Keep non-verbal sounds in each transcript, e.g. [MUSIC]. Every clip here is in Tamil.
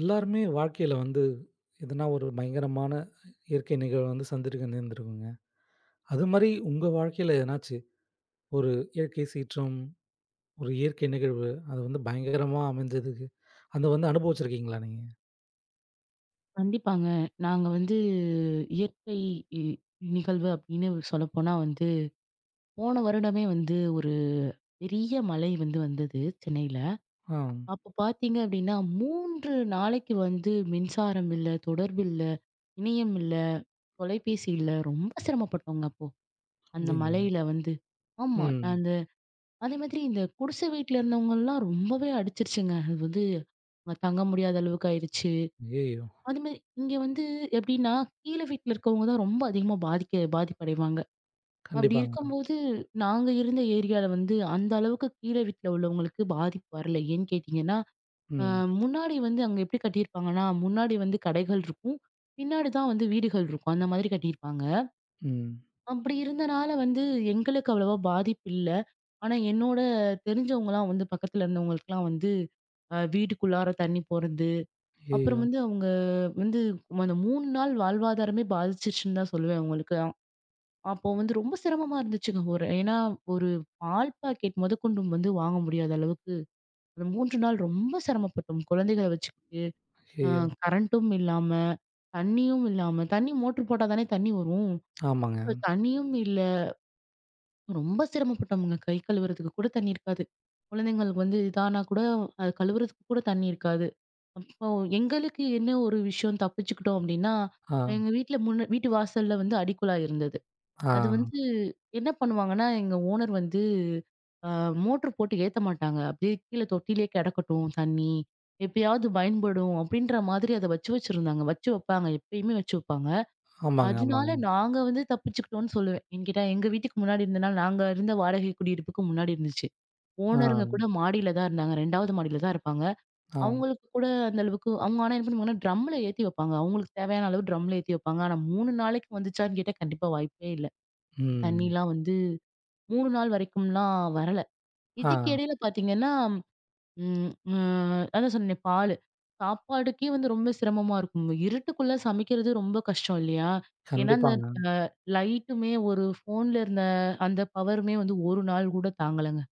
எல்லாருமே வாழ்க்கையில வந்து எதனா ஒரு பயங்கரமான இயற்கை நிகழ்வு வந்து சந்திருக்க நேர்ந்திருக்குங்க. அது மாரி உங்க வாழ்க்கையில எதனாச்சு ஒரு இயற்கை சீற்றம், ஒரு இயற்கை நிகழ்வு அது வந்து பயங்கரமா அமைஞ்சதுக்கு, அத வந்து அனுபவிச்சிருக்கீங்களா நீங்க? கண்டிப்பாங்க. நாங்க வந்து இயற்கை இ நிகழ்வு அப்படின்னு சொல்லப்போனா வந்து, போன வருடமே வந்து ஒரு பெரிய மழை வந்தது சென்னையில. ஆ அப்ப பார்த்தீங்க அப்படின்னா, 3 நாளைக்கு வந்து மின்சாரம் இல்ல, தொடர்பு இல்ல, இணையம் இல்ல, தொலைபேசி இல்ல. ரொம்ப சிரமப்பட்டோங்க அப்போ. அந்த அப்படிங்களா? மழையில வந்து. ஆமா. நான் ம். அந்த அதே மாதிரி இந்த குடிசை வீட்ல இருந்தவங்கலாம் ரொம்பவே அடிச்சிருச்சுங்க. அது வந்து அங்க தங்க முடியாத அளவுக்கு ஆயிருச்சு. ஐயய்யோ! அது மாரி இங்க வந்து எப்படின்னா, கீழ வீட்ல இருக்கவங்க தான் ரொம்ப அதிகமா பாதிப்படைவாங்க. அப்படி கண்டிப்பாங்க. இருக்கும்போது, நாங்க இருந்த ஏரியால வந்து அந்த அளவுக்கு கீழ வீட்ல உள்ளவங்களுக்கு பாதிப்பு வரல. ஏன்னு கேட்டீங்கன்னா, அ ம், முன்னாடி வந்து அங்க எப்படி கட்டியிருப்பாங்கன்னா, முன்னாடி வந்து கடைகள் இருக்கும். பின்னாடி தான் வந்து வீடுகள் இருக்கும். அந்த மாதிரி கட்டியிருப்பாங்க. ம். அப்படி இருந்தனால வந்து எங்களுக்கு அவ்வளவா பாதிப்பு இல்ல. ஆனா என்னோட தெரிஞ்சவங்கலாம் வந்து பக்கத்துல இருந்தவங்களுக்குலாம் வந்து வீட்டுக்குள்ளார தண்ணி போறது ஐயய்யோ! அப்புறம் வந்து அவங்க வந்து அந்த 3 நாள் வாழ்வாதாரமே பாதிச்சிருச்சுன்னு தான் சொல்லுவேன் அவங்களுக்கு. அப்போ வந்து ரொம்ப சிரமமா இருந்துச்சுங்க. ஒரு ஏன்னா ஒரு பால் பாக்கெட் முதற்கொண்டு வந்து வாங்க முடியாத அளவுக்கு அந்த 3 நாள் ரொம்ப சிரமப்பட்டோம். குழந்தைகள வச்சுக்கிட்டு, அ ஐயய்யோ! கரண்ட்டும் இல்லாம, தண்ணியும் இல்லாம தண்ணி மோட்டர் போட்டா தானே தண்ணி வரும். ஆமாங்க. அப்ப தண்ணியும் இல்ல. ரொம்ப சிரமப்பட்டோம்ங்க. கை கழுவுறதுக்கு கூட தண்ணி இருக்காது. குழந்தைங்களுக்கு வந்து இதானா கூட அது கழுவுறதுக்கு கூட தண்ணி இருக்காது. அப்போ எங்களுக்கு என்ன ஒரு விஷயம் தப்பிச்சுக்கிட்டோம் அப்டின்னா, ஆ, எங்க வீட்ல முன்ன வீட்டு வாசல்ல வந்து அடிக்குழாய் இருந்தது. அது ஆ. வந்து என்ன பண்ணுவாங்கன்னா, எங்க ஓனர் வந்து அ மோட்ரு போட்டு ஏத்த மாட்டாங்க. அப்டியே கீழ தொட்டியிலே கிடக்கட்டும் தண்ணி. எப்பயாவது பயன்படும் அப்டின்ற மாதிரி அத வச்சு வச்சிருந்தாங்க. வச்சு வப்பாங்க. எப்பயுமே வச்சு வப்பாங்க. ஆமாங்க, ஆமாங்க. அதனால நாங்க வந்து தப்பிச்சுக்கிட்டோம்னு சொல்லுவேன். ஏன்னு கேட்டா, எங்க வீட்டுக்கு முன்னாடி இருந்தனால நாங்க இருந்த வாடகை குடியிருப்புக்கு முன்னாடி இருந்துச்சு. ஆ, ஓனருங்க கூட மாடியில தான் இருந்தாங்க. 2வது மாடியில தான் இருப்பாங்க. ஆ. அவங்களுக்கு கூட அந்த அளவுக்கு அவங்க ஆனா என்ன பண்ணுவாங்கன்னா, ட்ரம்ல ஏத்தி வைப்பாங்க. அவங்களுக்கு தேவையான அளவு ட்ரம்ல ஏத்தி வைப்பாங்க. ஆனா 3 நாளைக்கு வந்துச்சான்னு கேட்டா கண்டிப்பா வாய்ப்பே இல்ல. ம். தண்ணிலாம் வந்து 3 நாள் வரைக்கும்லாம் வரல. ஆ. இதுக்கு இடையில பார்த்தீங்கன்னா, ம் அ அதான் சொன்னேனே பாலு. சாப்பாடுக்கே வந்து ரொம்ப சிரமமா இருக்கும். இருட்டுக்குள்ள சமைக்கிறது ரொம்ப கஷ்டம் இல்லையா? ஏன்னா, அந்த கண்டிப்பாங்க. அ லைட்டுமே ஒரு ஃபோன்ல இருந்த அந்த பவருமே வந்து 1 நாள் கூட தாங்கலங்க.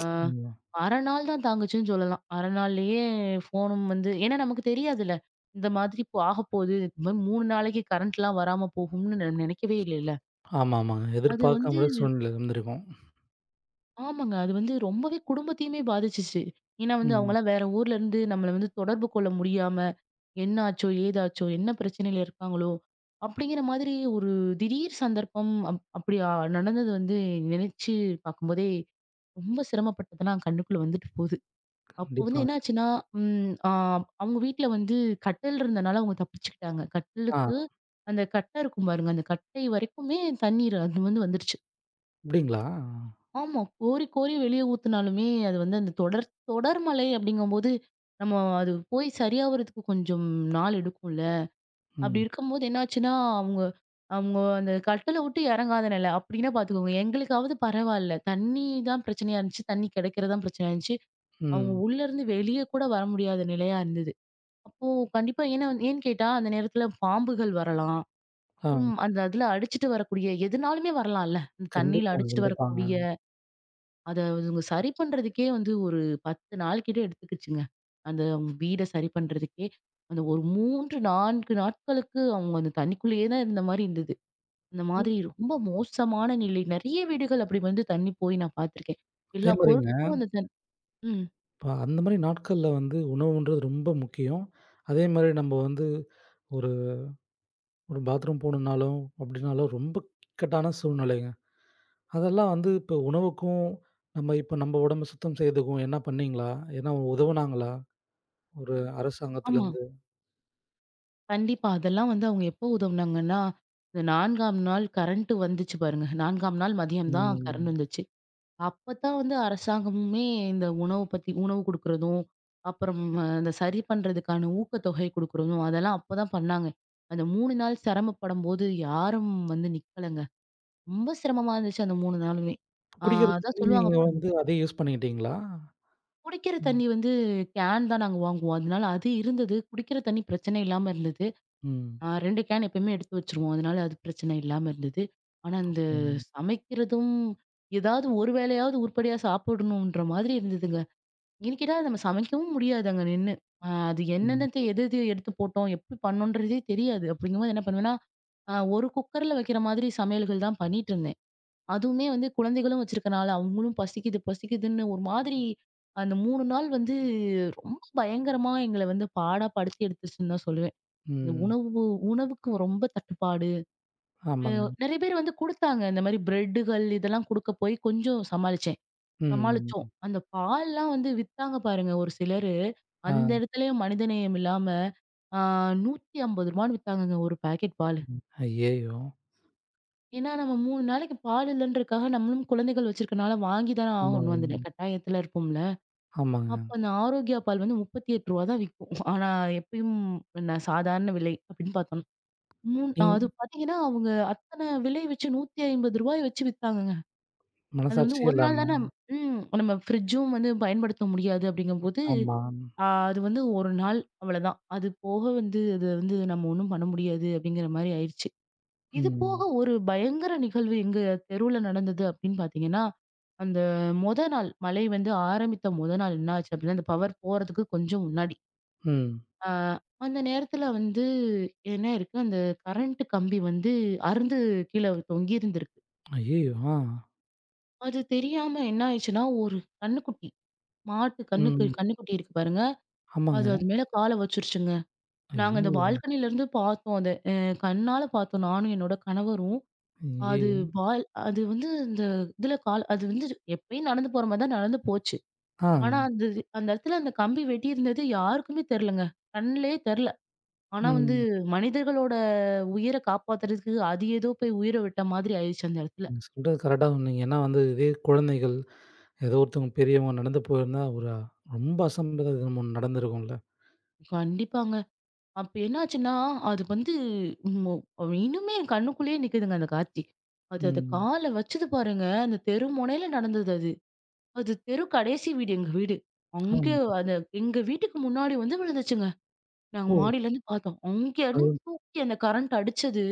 ஆ, ம். அரை நாள் தான் தாங்குச்சுன்னு சொல்லலாம். அரை நாள்லயே ஃபோனும் வந்து ஏன்னா நமக்கு தெரியாதுல்ல. இந்த மாதிரி இப்போ ஆகப்போகுது. இந்த மாரி 3 நாளைக்கு கரண்ட்லாம் வராம போகும்னு நெனைக்கவே இல்லைல்ல. ஆமா, ஆமாங்க. அது வந்து எதிர்பார்க்காம சூழ்நிலை இருந்திருக்கும். ஆமாங்க. அது வந்து ரொம்பவே குடும்பத்தையுமே பாதிச்சுச்சு. ஏன்னா வந்து ம். அவங்கலாம் வேற ஊர்ல இருந்து நம்மள வந்து தொடர்பு கொள்ள முடியாம, என்ன ஆச்சோ? ஏதாச்சோ? என்ன பிரச்சனையில இருக்காங்களோ? அப்படிங்கிற மாதிரி ஒரு திடீர் சந்தர்ப்பம் அப்படி நடந்தது வந்து நினைச்சு பார்க்கும்போதே ரொம்ப சிரமப்பட்டதெல்லாம் கண்ணுக்குள்ள வந்துட்டு போது. அப்போ வந்து கண்டிப்பாங்க. என்னாச்சுன்னா, ம் ஆ அவங்க வீட்ல வந்து கட்டில் இருந்தனால அவங்க தப்பிச்சுக்கிட்டாங்க. கட்டிலுக்கு ஆ அந்த கட்ட இருக்கும் பாருங்க, அந்த கட்டை வரைக்குமே தண்ணீர் அது வந்து வந்துருச்சு. அப்படிங்களா? ஆமா. கோரி கோரி வெளிய ஊத்துனாலுமே, அது வந்து அந்த தொடர் தொடர் மழை அப்படிங்கும்போது, நம்ம அது போய் சரியாவறதுக்கு கொஞ்சம் நாள் எடுக்கும்ல. அப்படி ம், இருக்கும்போது என்னாச்சுன்னா, அவங்க அவங்க அந்த கட்டில விட்டு இறங்காத நிலை. அப்படின்னா பார்த்துக்கோங்க, எங்களுக்காவது பரவால்ல. தண்ணி தான் பிரச்சனையா இருந்துச்சு. தண்ணி கிடைக்கிறது தான் பிரச்சனையா இருந்துச்சு. அவங்க ம். உள்ளருந்து வெளிய கூட வர முடியாத நிலையா இருந்தது. அப்போ கண்டிப்பா ஏன்னு கேட்டா, அந்த நேரத்துல பாம்புகள் வரலாம். ஆ அப்புறம் அந்த அதுல அடிச்சுட்டு வரக்கூடிய எதுனாலுமே வரலாம்ல. அந்த தண்ணீல கண்டிப்பாங்க, அடிச்சுட்டு கண்டிப்பாங்க. வரக்கூடிய அத அதுங்க சரி பண்றதுக்கே வந்து ஒரு 10 நாள் கிட்ட எடுத்துக்கிச்சுங்க. அந்த வீட சரி பண்றதுக்கே. அந்த ஒரு 3, 4 நாட்களுக்கு அவங்க அந்த தண்ணிக்குள்ளேயே தான் இருந்த மாரி இருந்தது. அந்த மாதிரி ரொம்ப மோசமான நிலை. நெறைய வீடுகள் அப்படி வந்து தண்ணி போய் நான் பார்த்துருக்கேன். அதே எல்லா மாரிங்க, பொருட்களும் அந்த ம். இப்ப அந்த மாரி நாட்கள்ல வந்து உணவுன்றது ரொம்ப முக்கியம். அதே மாரி நம்ம வந்து ஒரு ஒரு பாத்ரூம் போணும்னாலும், அப்படின்னாலும் ரொம்ப இக்கட்டான சூழ்நிலைங்க. அதெல்லாம் வந்து இப்போ உணவுக்கும், நம்ம இப்ப நம்ம உடம்பு சுத்தம் செய்யறதுக்கும் என்ன பண்ணீங்களா? ஏன்னா உதவுனாங்களா? ஒரு ஆமா. அரசாங்கத்துலருந்து? கண்டிப்பா. அதெல்லாம் வந்து அவங்க எப்போ உதவுனாங்கன்னா, இந்த 4ஆம் நாள் கரண்ட் வந்துச்சு பாருங்க. 4ஆம் நாள் மதியம் தான் கரண்ட் ம். வந்துச்சு. அப்பதான் வந்து அரசாங்கமுமே இந்த உணவு பத்தி உணவு குடுக்குறதும், அப்புறம் அந்த சரி பண்றதுக்கான ஊக்கத்தொகை குடுக்குறதும், அதெல்லாம் அப்பதான் பண்ணாங்க. அந்த 3 நாள் சிரமப்படும்போது யாரும் வந்து நிக்கலங்க. ரொம்ப சிரமமா இருந்துச்சு அந்த 3 நாளுமே. ஆ குடிக்கிற அதான் தண்ணி சொல்லுவாங்க நீங்க பாருங்க. வந்து அதே யூஸ் பண்ணிக்கிட்டீங்களா? குடிக்கிற ம். தண்ணி வந்து கேன் தான் நாங்க வாங்குவோம். அதனால அது இருந்தது. குடிக்கிற தண்ணி பிரச்சனை இல்லாம இருந்தது. ம். 2 கேன் எப்பயுமே எடுத்து வச்சுருவோம். அதனால அது பிரச்சனை இல்லாம இருந்தது. ஆனா இந்த ஓகேங்க. சமைக்கிறதும், ஏதாவது ஒரு வேளையாவது உருப்படியா சாப்பிடணுன்ற மாதிரி இருந்ததுங்க. என்ன கேட்டா நம்ம சமைக்கவும் முடியாது அங்க நின்னு. அது ம். என்னென்னத்த எது எது எடுத்து போட்டோம், எப்படி பண்ணோன்றதே தெரியாது. அப்படிங்கும்போது என்ன பண்ணுவேன்னா, ஒரு குக்கர்ல வைக்கிற மாதிரி சமையல்கள் தான் பண்ணிட்டுருந்தேன். அதுவுமே வந்து குழந்தைகளும் வச்சிருக்கனால, அவங்களும் பசிக்குது பசிக்குதுன்னு ஒரு மாதிரி அந்த 3 நாள் வந்து ரொம்ப பயங்கரமா எங்கள வந்து பாடா படுத்தி எடுத்துச்சுன்னு தான் சொல்லுவேன். இந்த ம். உணவுக்கு ரொம்ப தட்டுப்பாடு. ஆமாங்க. நெறைய பேர் வந்து குடுத்தாங்க. இந்த மாரி பிரெட்டுகள் இதெல்லாம் குடுக்க போய் கொஞ்சம் சமாளிச்சேன். ம். சமாளிச்சோம். அந்த பால்லாம் வந்து வித்தாங்க பாருங்க ஒரு சிலரு. அந்த ஆ. இடத்துலயும் மனிதநேயம் இல்லாம ஆ ரூ. 150ன்னு வித்தாங்கங்க ஒரு பாக்கெட் பால். ஐயய்யோ! ஏன்னா நம்ம 3 நாளைக்கு பால் இல்லன்றதுக்காக நம்மளும் குழந்தைகள் வச்சிருக்கனால வாங்கி தானே ஆகணும். ஆமாங்க, அந்த கட்டாயத்துல இருப்போம்ல. ஆமாங்க. அப்ப அந்த ஆரோக்கியா பால் வந்து ரூ. 38 தான் விக்கும். ஆனா எப்பயும் நான் சாதாரண விலை அப்படின்னு பார்த்தோம்னா நீங் அது பார்த்தீங்கன்னா, அவங்க அத்தன விலை வச்சு ரூ. 150 வச்சு வித்தாங்கங்க. அது வந்து மனசாட்சியே 1 இல்லாம. நாள் தான. நம்ம ஃப்ரிட்ஜும் வந்து பயன்படுத்த முடியாது அப்படிங்கும்போது, ஆமா. அது வந்து 1 நாள் அவ்வளதான். அது போக வந்து அது வந்து நம்ம ஒண்ணும் பண்ண முடியாது அப்படிங்கிற மாரி ஆயிருச்சு. இது போக ம். ஒரு பயங்கர நிகழ்வு எங்க தெருவுல நடந்தது அப்படின்னு பார்த்தீங்கன்னா, அந்த மொத நாள் மழை வந்து ஆரம்பித்த மொத நாள் என்ன ஆச்சு அப்படின்னா, அந்த பவர் போறதுக்கு கொஞ்சம் முன்னாடி ம். ஆ அந்த நேரத்துல வந்து என்ன இருக்கு, அந்த கரண்ட் கம்பி வந்து அறுந்து கீழ தொங்கி இருந்திருக்கு. ஐயய்யோ! ஆ. அது தெரியாம என்ன ஆயிடுச்சுன்னா, ஒரு கன்னுக்குட்டி, மாட்டு ம். கன்னுக்குட்டி இருக்கு பாருங்க. அது ஆமாங்க. அது மேல கால வச்சுருச்சுங்க. நாங்க அந்த ஐயோ! பால்கனில இருந்து பார்த்தோம் அத. கண்ணால பார்த்தோம் நானும் என்னோட கணவரும். அது ஐயய்யோ! பால் அது வந்து இந்த இதுல கால் அது வந்து எப்பயும் நடந்து போற மாரி தான் நடந்து போச்சு. ஆ. ஆனா, அந்த அந்த இடத்துல அந்த கம்பி வெட்டியிருந்தது யாருக்குமே தெரியலங்க. கண்லயே தெர்ல. ஆனா வந்து ம். மனிதர்களோட உயிர காப்பாத்துறதுக்கு அது ஏதோ போய் உயிர விட்ட மாதிரி ஆயிடுச்சு அந்த இடத்துல. நீங்க சொல்றது கரெக்ட்டா சொன்னீங்க. ஏன்னா வந்து இதே குழந்தைகள், ஏதோ ஒருத்தவங்க பெரியவங்க நடந்து போயிருந்தா, ஒரு ரொம்ப அசம்பாவிதம் ஒண்ணு நடந்திருக்கும்ல. கண்டிப்பாங்க. அப்ப என்னாச்சுன்னா, அது வந்து மு இன்னுமே என் கண்ணுக்குள்ளேயே நிக்குதுங்க அந்த காட்சி. அது அது ம். கால வச்சது பாருங்க. அந்த தெரு முனையில நடந்தது அது. அது தெரு கடைசி வீடு எங்க வீடு. ஆ. அங்கே அந்த எங்க வீட்டுக்கு முன்னாடி வந்து விழுந்துச்சுங்க. நாங்க ஓ! மாடியிலருந்து பார்த்தோம். அங்கேருந்து அது தூக்கி அந்த கரண்ட் அடிச்சது,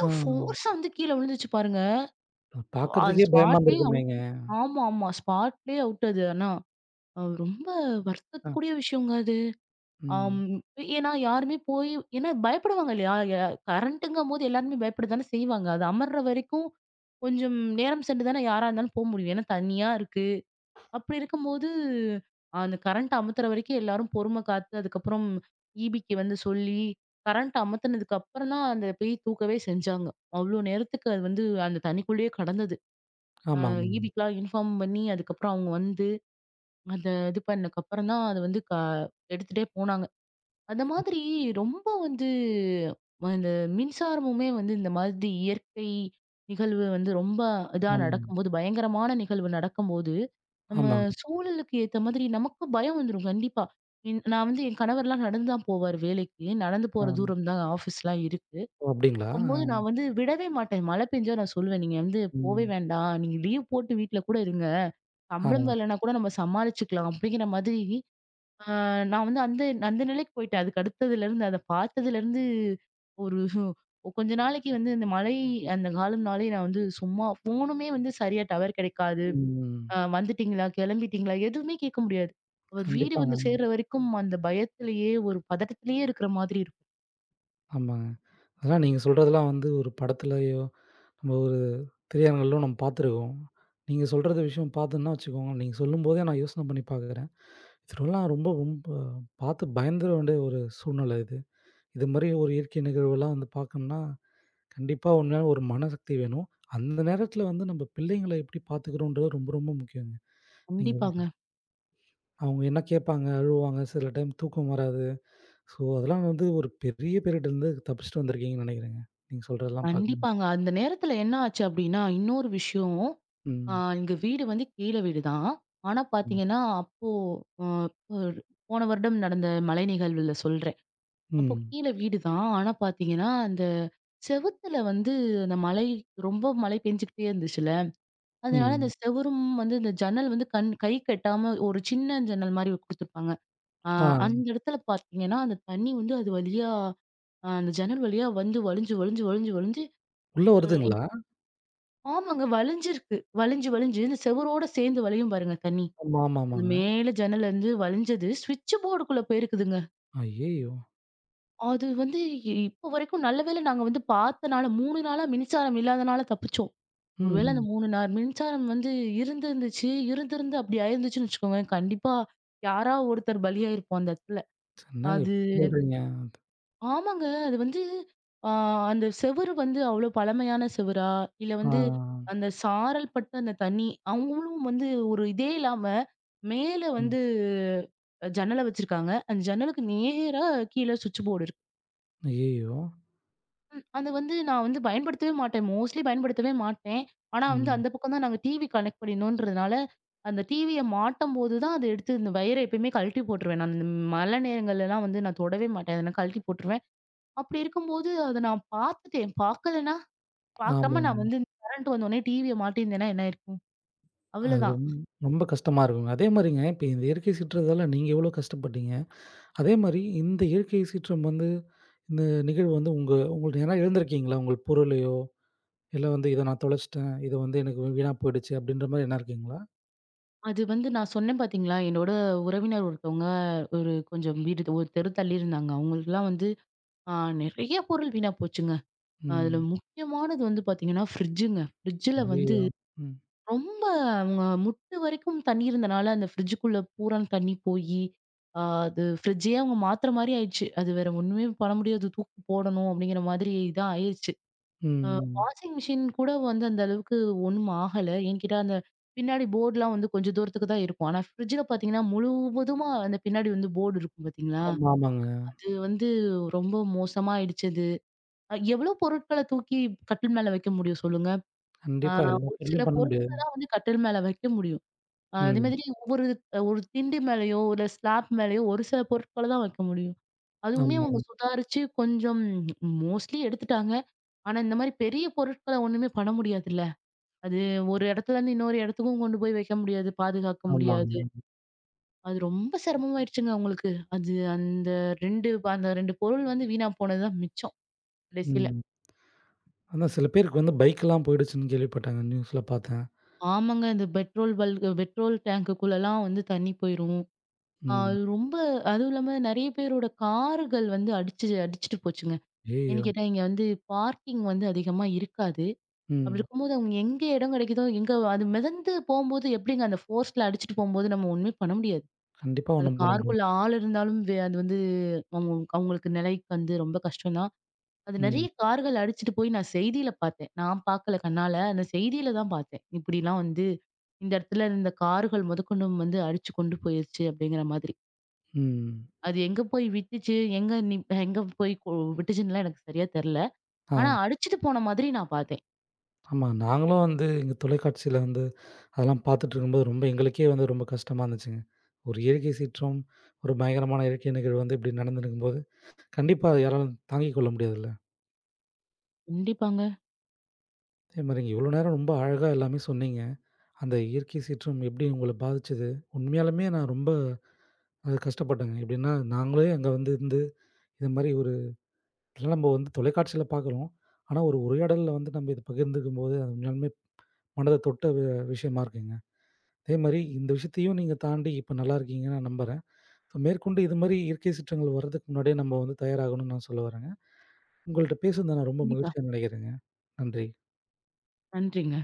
ஆ. ஃபோர்ஸா வந்து கீழ விழுந்துச்சு பாருங்க. அது பாக்கறதுக்கே பயமா ஸ்பாட்லயே இருந்திருக்குமேங்க. அவுட் ஆமா, ஆமா. ஸ்பாட்லயே அவுட் அது ஆனா. அது ரொம்ப அ. வருத்தத்துக்குரிய விஷயங்க அது. ஆம். ம். ஏன்னா யாருமே போய் ஏன்னா பயப்படுவாங்க இல்லையா? கரண்ட்டுங்கும்போது எல்லாருமே பயப்பட தானே செய்வாங்க. அது அமர்ற வரைக்கும் கொஞ்சம் நேரம் சென்று தானே யாரா இருந்தாலும் போ முடியும். ஏன்னா தனியா இருக்கு. அப்படி இருக்கும்போது, அந்த கரண்ட் அமுத்துற வரைக்கும் எல்லாரும் பொறுமை காத்து, அதுக்கப்புறம் ஈபிக்கு வந்து சொல்லி, கரண்ட் அமத்துனதுக்கு அப்புறம் தான் அந்த பேய் தூக்கவே செஞ்சாங்க. அவ்ளோ நேரத்துக்கு அது வந்து அந்த தண்ணிக்குள்ளேயே கடந்தது. அ ஆமாமா. ஈபிக்குலாம் இன்ஃபார்ம் பண்ணி அதுக்கப்புறம் அவங்க வந்து அந்த இது பண்ணதுக்கப்புறம் தான் அது வந்து எடுத்துட்டே போனாங்க. அந்த மாதிரி ரொம்ப வந்து இந்த மின்சாரமுமே வந்து இந்த மாதிரி இயற்கை நிகழ்வு வந்து ரொம்ப இதா ஆமா. நடக்கும்போது, பயங்கரமான நிகழ்வு நடக்கும்போது, நம்ம ஆமாங்க. சூழலுக்கு ஏத்த மாதிரி நமக்கும் பயம் வந்துரும் கண்டிப்பா. நான் வந்து என் கணவர்லாம் நடந்து தான் போவாரு வேலைக்கு. நடந்து ஆ. போற தூரம் தான் ஆஃபீஸ்லாம் இருக்கு. ஓ! அப்டிங்களா? அப்பம்போது நான் வந்து விடவே மாட்டேன். மழை பெஞ்சா நான் சொல்லுவேன், "நீங்க வந்து போவே ம். வேண்டாம். நீங்க லீவ் போட்டு வீட்ல கூட இருங்க. சம்பளம் ஆ. வரலன்னா கூட நம்ம சமாளிச்சுக்கலாம்." அப்படிங்கிற மாதிரி ஆ நான் வந்து அந்த அந்த நிலைக்கு போயிட்டேன். அதுக்கு அடுத்ததுலருந்து அத பார்த்ததுலருந்து ஒரு [LAUGHS] கொஞ்ச நாளைக்கு வந்து இந்த மழை அந்த காலம்னாலே நான் வந்து சும்மா ஃபோனுமே வந்து சரியா டவர் கிடைக்காது. ம். வந்துட்டீங்களா? கிளம்பிட்டீங்களா? எதுவுமே கேட்க முடியாது. அவர் வீடு கண்டிப்பாங்க. வந்து சேர்ற வரைக்கும் அந்த பயத்திலேயே ஒரு பதட்டத்திலேயே இருக்கிற மாதிரி இருக்கும். ஆமாங்க. அதான் நீங்க சொல்றதெல்லாம் வந்து ஒரு படத்துலயோ, நம்ம ஒரு திரையரங்குகள்லோ நம்ம பார்த்துருக்கோம். நீங்க சொல்றது விஷயம் பார்த்தேன்னா வச்சுக்கோங்க, நீங்க சொல்லும்போதே நான் யோசனை பண்ணி பார்க்குறேன். இதெல்லாம் ரொம்ப ரொம்ப பார்த்து பயந்துர வேண்டிய ஒரு சூழ்நிலை இது. இது மாரி ஒரு இயற்கை நிகழ்வுலாம் வந்து பார்க்கணும்னா, கண்டிப்பா உண்மையான ஒரு மனசக்தி வேணும். அந்த நேரத்தில வந்து நம்ம பிள்ளைங்கள எப்டி பார்த்துக்கிறோன்றது ரொம்ப ரொம்ப முக்கியங்க. நீங்க கண்டிப்பாங்க, அவங்க என்ன கேட்பாங்க, அழுவாங்க, சில டைம் தூக்கம் வராது. ஸோ, அதெல்லாம் வந்து ஒரு பெரிய பீரியட்லருந்து தப்பிச்சுட்டு வந்திருக்கீங்கன்னு நெனைக்கிறேங்க. நீங்க சொல்றதெல்லாம் பார்க்கும்போது. கண்டிப்பாங்க. அந்த நேரத்துல என்ன ஆச்சு அப்டின்னா, இன்னொரு விஷயம். ஆ ம். எங்க வீடு வந்து கீழ வீடு தான். ஆனா ம். பார்த்தீங்கன்னா, அப்போ அ போன வருடம் நடந்த மழை நிகழ்வுல சொல்றேன். அப்போ ம். கீழ வீடு தான். ஆனா பார்த்தீங்கன்னா, அந்த செவுத்துல வந்து அந்த மழை ரொம்ப மழை பெஞ்சுகிட்டே இருந்துச்சுல்ல. அதனால அந்த ம். செவுரும் வந்து இந்த ஜன்னல் வந்து கண் கைக்கு எட்டாம ஒரு சின்ன ஜன்னல் மாரி குடுத்துருப்பாங்க. அ ஆ அந்த இடத்துல பார்த்தீங்கன்னா, அந்த தண்ணி வந்து அது வழியா அந்த ஜன்னல் வழியா வந்து வழிஞ்சு, வழிஞ்சு, வழிஞ்சு, வழிஞ்சு உள்ள ம் வருதுங்களா? ஆமாங்க வழிஞ்சிருக்கு. வழிஞ்சு, வழிஞ்சு இந்த செவுரோட சேர்ந்து வழியும் பாருங்க தண்ணி. ஆமா, ஆமா, அந்த ஆமாங்க. மேல ஜன்னல்லேருந்து வழிஞ்சது, ஸ்விட்ச் போர்டுக்குள்ள போயிருக்குதுங்க. ஐய்யயோ! அது வந்து இப்ப வரைக்கும் நல்ல வேளை நாங்க வந்து பார்த்தனால 3 நாளா மின்சாரம் இல்லாதனால தப்பிச்சோம். ம். ஒருவேளை அந்த ம். 3 நாள் மின்சாரம் வந்து இருந்திருந்து அப்படி ஆயிருந்துச்சுன்னு வச்சுக்கோங்களேன், கண்டிப்பா யாரா ஒருத்தர் பலியாயிருப்போம் அந்த இடத்துல. என்னங்க அது இப்டி சொல்றீங்க? ஆமாங்க. அது வந்து ஆ அந்த செவுரு வந்து அவ்வளோ பழமையான செவுரா, இல்ல ஆ. வந்து அந்த சாரல் பட்டு அந்த தண்ணி அவங்களும் வந்து ஒரு இதே இல்லாம மேல ம். வந்து ஜன்னல வச்சிருக்காங்க. அந்த ஜன்னலுக்கு நேரா கீழ சுவிட்ச் போர்டு இருக்கு. ஐய்யயோ! ம். அது வந்து நான் வந்து பயன்படுத்தவே மாட்டேன். மோஸ்ட்லி பயன்படுத்தவே மாட்டேன். ஆனா வந்து ம். அந்த பக்கம் தான் நாங்க டிவி கனெக்ட் பண்ணினோன்றதுனால, அந்த டிவிய மாட்டம்போது தான் அத எடுத்து இந்த வயர எப்பயுமே கழட்டி போட்டுருவேன். நான் இந்த மழை நேரங்கள்லலாம் வந்து நான் தொடவே மாட்டேன். அத நான் கழட்டி போட்டுருவேன். அப்படி இருக்கும்போது அத நான் பார்த்துட்டேன். பார்க்காம நான் ஆமாங்க. வந்து இந்த கரண்ட் வந்தோனே டிவிய மாட்டியிருந்தேன்னா என்ன ஆயிருக்கும்? அது அவ்வளதான். ரொம்ப கஷ்டமா இருக்குங்க. அதே மாரிங்க இப்ப இந்த இயற்கை சீற்றத்தால நீங்க எவ்வளோ கஷ்டப்பட்டீங்க? அதே மாரி இந்த இயற்கை சீற்றம் வந்து இந்த நிகழ்வு வந்து உங்களுக்கு ஏன்னா எழுந்திருக்கீங்களா? உங்கள் பொருளையோ இல்ல வந்து இத நான் தொலைச்சுட்டேன். இது வந்து எனக்கு வீணா போயிடுச்சு அப்டின்ற மாரி எண்ணம் இருக்குங்களா? அது வந்து நான் சொன்னேன் பார்த்தீங்களா, என்னோட உறவினர் ஒருத்தவங்க ஒரு கொஞ்சம் வீடு ஒரு தெரு தள்ளி இருந்தாங்க. அவங்களுக்கெல்லாம் வந்து அ நெறைய பொருள் வீணா போச்சுங்க. அதுல ம். முக்கியமானது வந்து பாத்தீங்கன்னா, ஃப்ரிட்ஜுங்க. ஃப்ரிட்ஜ்ல வந்து ஐயயோ! ம். ரொம்ப அவங்க முட்டு வரைக்கும் தண்ணி இருந்தனால, அந்த ஃப்ரிட்ஜுக்குள்ள பூரா தண்ணி போயி, ஆ அது ஃப்ரிட்ஜே அவங்க மாத்துற மாரி ஆயிடுச்சு. அது வேற ஒண்ணுமே பண்ண முடியாது. தூக்கி போடணும் அப்படிங்கிற மாதிரி தான் ஆயிருச்சு. ம். அ ம். வாஷிங் மிஷின் கூட வந்து அந்த அளவுக்கு ஒண்ணும் ஆகல. ஏன்னு கேட்டா, அந்த பின்னாடி போர்ட்லாம் வந்து கொஞ்சம் தூரத்துக்கு தான் இருக்கும். ஆனா ஃப்ரிட்ஜ்ல பாத்தீங்கன்னா, முழுவதுமா அந்த பின்னாடி வந்து போர்டு இருக்கும் பாத்தீங்களா? ஆமா, ஆமாங்க. அது வந்து ரொம்ப மோசமா ஆயிடுச்சு அது. எவ்வளோ பொருட்கள தூக்கி கட்டில் மேல வைக்க முடியும் சொல்லுங்க? ஆ கண்டிப்பா எல்லா ஒரு சில பேர்லயும் பண்ண பொருட்கள முடியாது. தான் வந்து கட்டில் மேல வைக்க முடியும். அதே ம். மாதிரி ஒவ்வொரு ஒரு திண்டு மேலயோ, இல்ல ஸ்லாப் மேலயோ ஒரு சில பொருட்கள தான் வைக்க முடியும். அதுவுமே ஆமா, அவங்க சுதாரிச்சு கொஞ்சம் மோஸ்ட்லி எடுத்துட்டாங்க. ஆனா இந்த மாரி பெரிய பொருட்கள ஒண்ணுமே பண்ண முடியாதுல்ல. அது ஒரு இடத்துலருந்து இன்னொரு இடத்துக்கும் கொண்டு போய் வைக்க முடியாது, பாதுகாக்க முடியாது. ஆமாங்க. அது ரொம்ப சிரமமாயிருச்சுங்க அவங்களுக்கு. அது அந்த 2 அந்த 2 பொருள் வந்து வீணா போனது தான் மிச்சம் கடைசில. ம். ஆனா சில பேருக்கு வந்து பைக்லாம் போயிடுச்சுன்னு கேள்விப்பட்டேங்க. நியூஸ்ல பார்த்தேன். ஆமாங்க. இந்த பெட்ரோல் பல்க் பெட்ரோல் டேங்க்குக்குள்ளலாம் வந்து தண்ணி போயிரும். ம். அது ரொம்ப அதுவும் இல்லாம நெறைய பேரோட கார்கள் வந்து அடிச்சுட்டு போச்சுங்க. ஐயயோ! ஏன்னு கேட்டா, இங்க வந்து பார்க்கிங் வந்து அதிகமா இருக்காது. அப்படி ம். இருக்கும்போது அவங்க எங்க இடம் கிடைக்குதோ, எங்க அது மிதந்து போம்போது எப்படிங்க அந்த ஃபோர்ஸ்ல அடிச்சுட்டு போம்போது நம்ம ஒண்ணுமே பண்ண முடியாது. கண்டிப்பா அது ஒண்ணும் பண்ண முடியாது. காருக்குள்ள ஆள் இருந்தாலும் அது வந்து அவங்க அவங்களுக்கு நிலைக்கு வந்து ரொம்ப கஷ்டம் தான். அது நெறைய ம். கார்கள் அடிச்சுட்டு போய் நான் செய்தியில பார்த்தேன். நான் பார்க்கல கண்ணால. அந்த செய்தியில தான் பார்த்தேன். இப்படிலாம் வந்து இந்த இடத்துல இந்த கார்கள் முதற்கொண்டும் வந்து அடிச்சு கொண்டு போயிருச்சு அப்படிங்கிற மாதிரி. ம். அது எங்க போய் விட்டுச்சு, எங்க நிப் எங்க போய் கு விட்டுச்சுன்னுலாம் எனக்கு சரியா தெரியல. ஆ. ஆனா அடிச்சுட்டு போன மாதிரி நான் பார்த்தேன். ஆமா. நாங்களும் வந்து எங்க தொலைக்காட்சியில வந்து அதெல்லாம் பார்த்துட்டு இருக்கும்போது ரொம்ப எங்களுக்கே வந்து ரொம்ப கஷ்டமா இருந்துச்சுங்க. ஒரு இயற்கை சீற்றம், ஒரு பயங்கரமான இயற்கை நிகழ்வு வந்து இப்டி நடந்திருக்கும்போது கண்டிப்பா, அது யாராலும் தாங்கிக் கொள்ள முடியாதுல்ல. கண்டிப்பாங்க. அதே மாரி நீங்க இவ்வளோ நேரம் ரொம்ப அழகா எல்லாமே சொன்னீங்க. அந்த இயற்கை சீற்றம் எப்படி உங்கள பாதிச்சது? உண்மையாலுமே நான் ரொம்ப அது கஷ்டப்பட்டேங்க. எப்படின்னா, நாங்களே அங்க வந்து இருந்து இது மாரி ஒரு இதெல்லாம் நம்ம வந்து தொலைக்காட்சியில பார்க்குறோம். ஆனா, ஒரு உரையாடல்ல வந்து நம்ம இத பகிர்ந்துக்கும்போது, அது உண்மையாலுமே மனத தொட்ட விஷயமா இருக்குங்க. அதே மாரி இந்த விஷயத்தையும் நீங்க தாண்டி இப்ப நல்லா இருக்கீங்கன்னு நான் நம்புறேன். ஸோ மேற்கொண்டு இது மாரி இயற்கை சீற்றங்கள் வர்றதுக்கு முன்னாடியே நம்ம வந்து தயாராகணும்னு நான் சொல்ல வரேங்க. உங்கள்ட்ட பேசுனது நான் ரொம்ப கண்டிப்பா. மகிழ்ச்சியா நினைக்கிறேங்க. நன்றி. நன்றிங்க.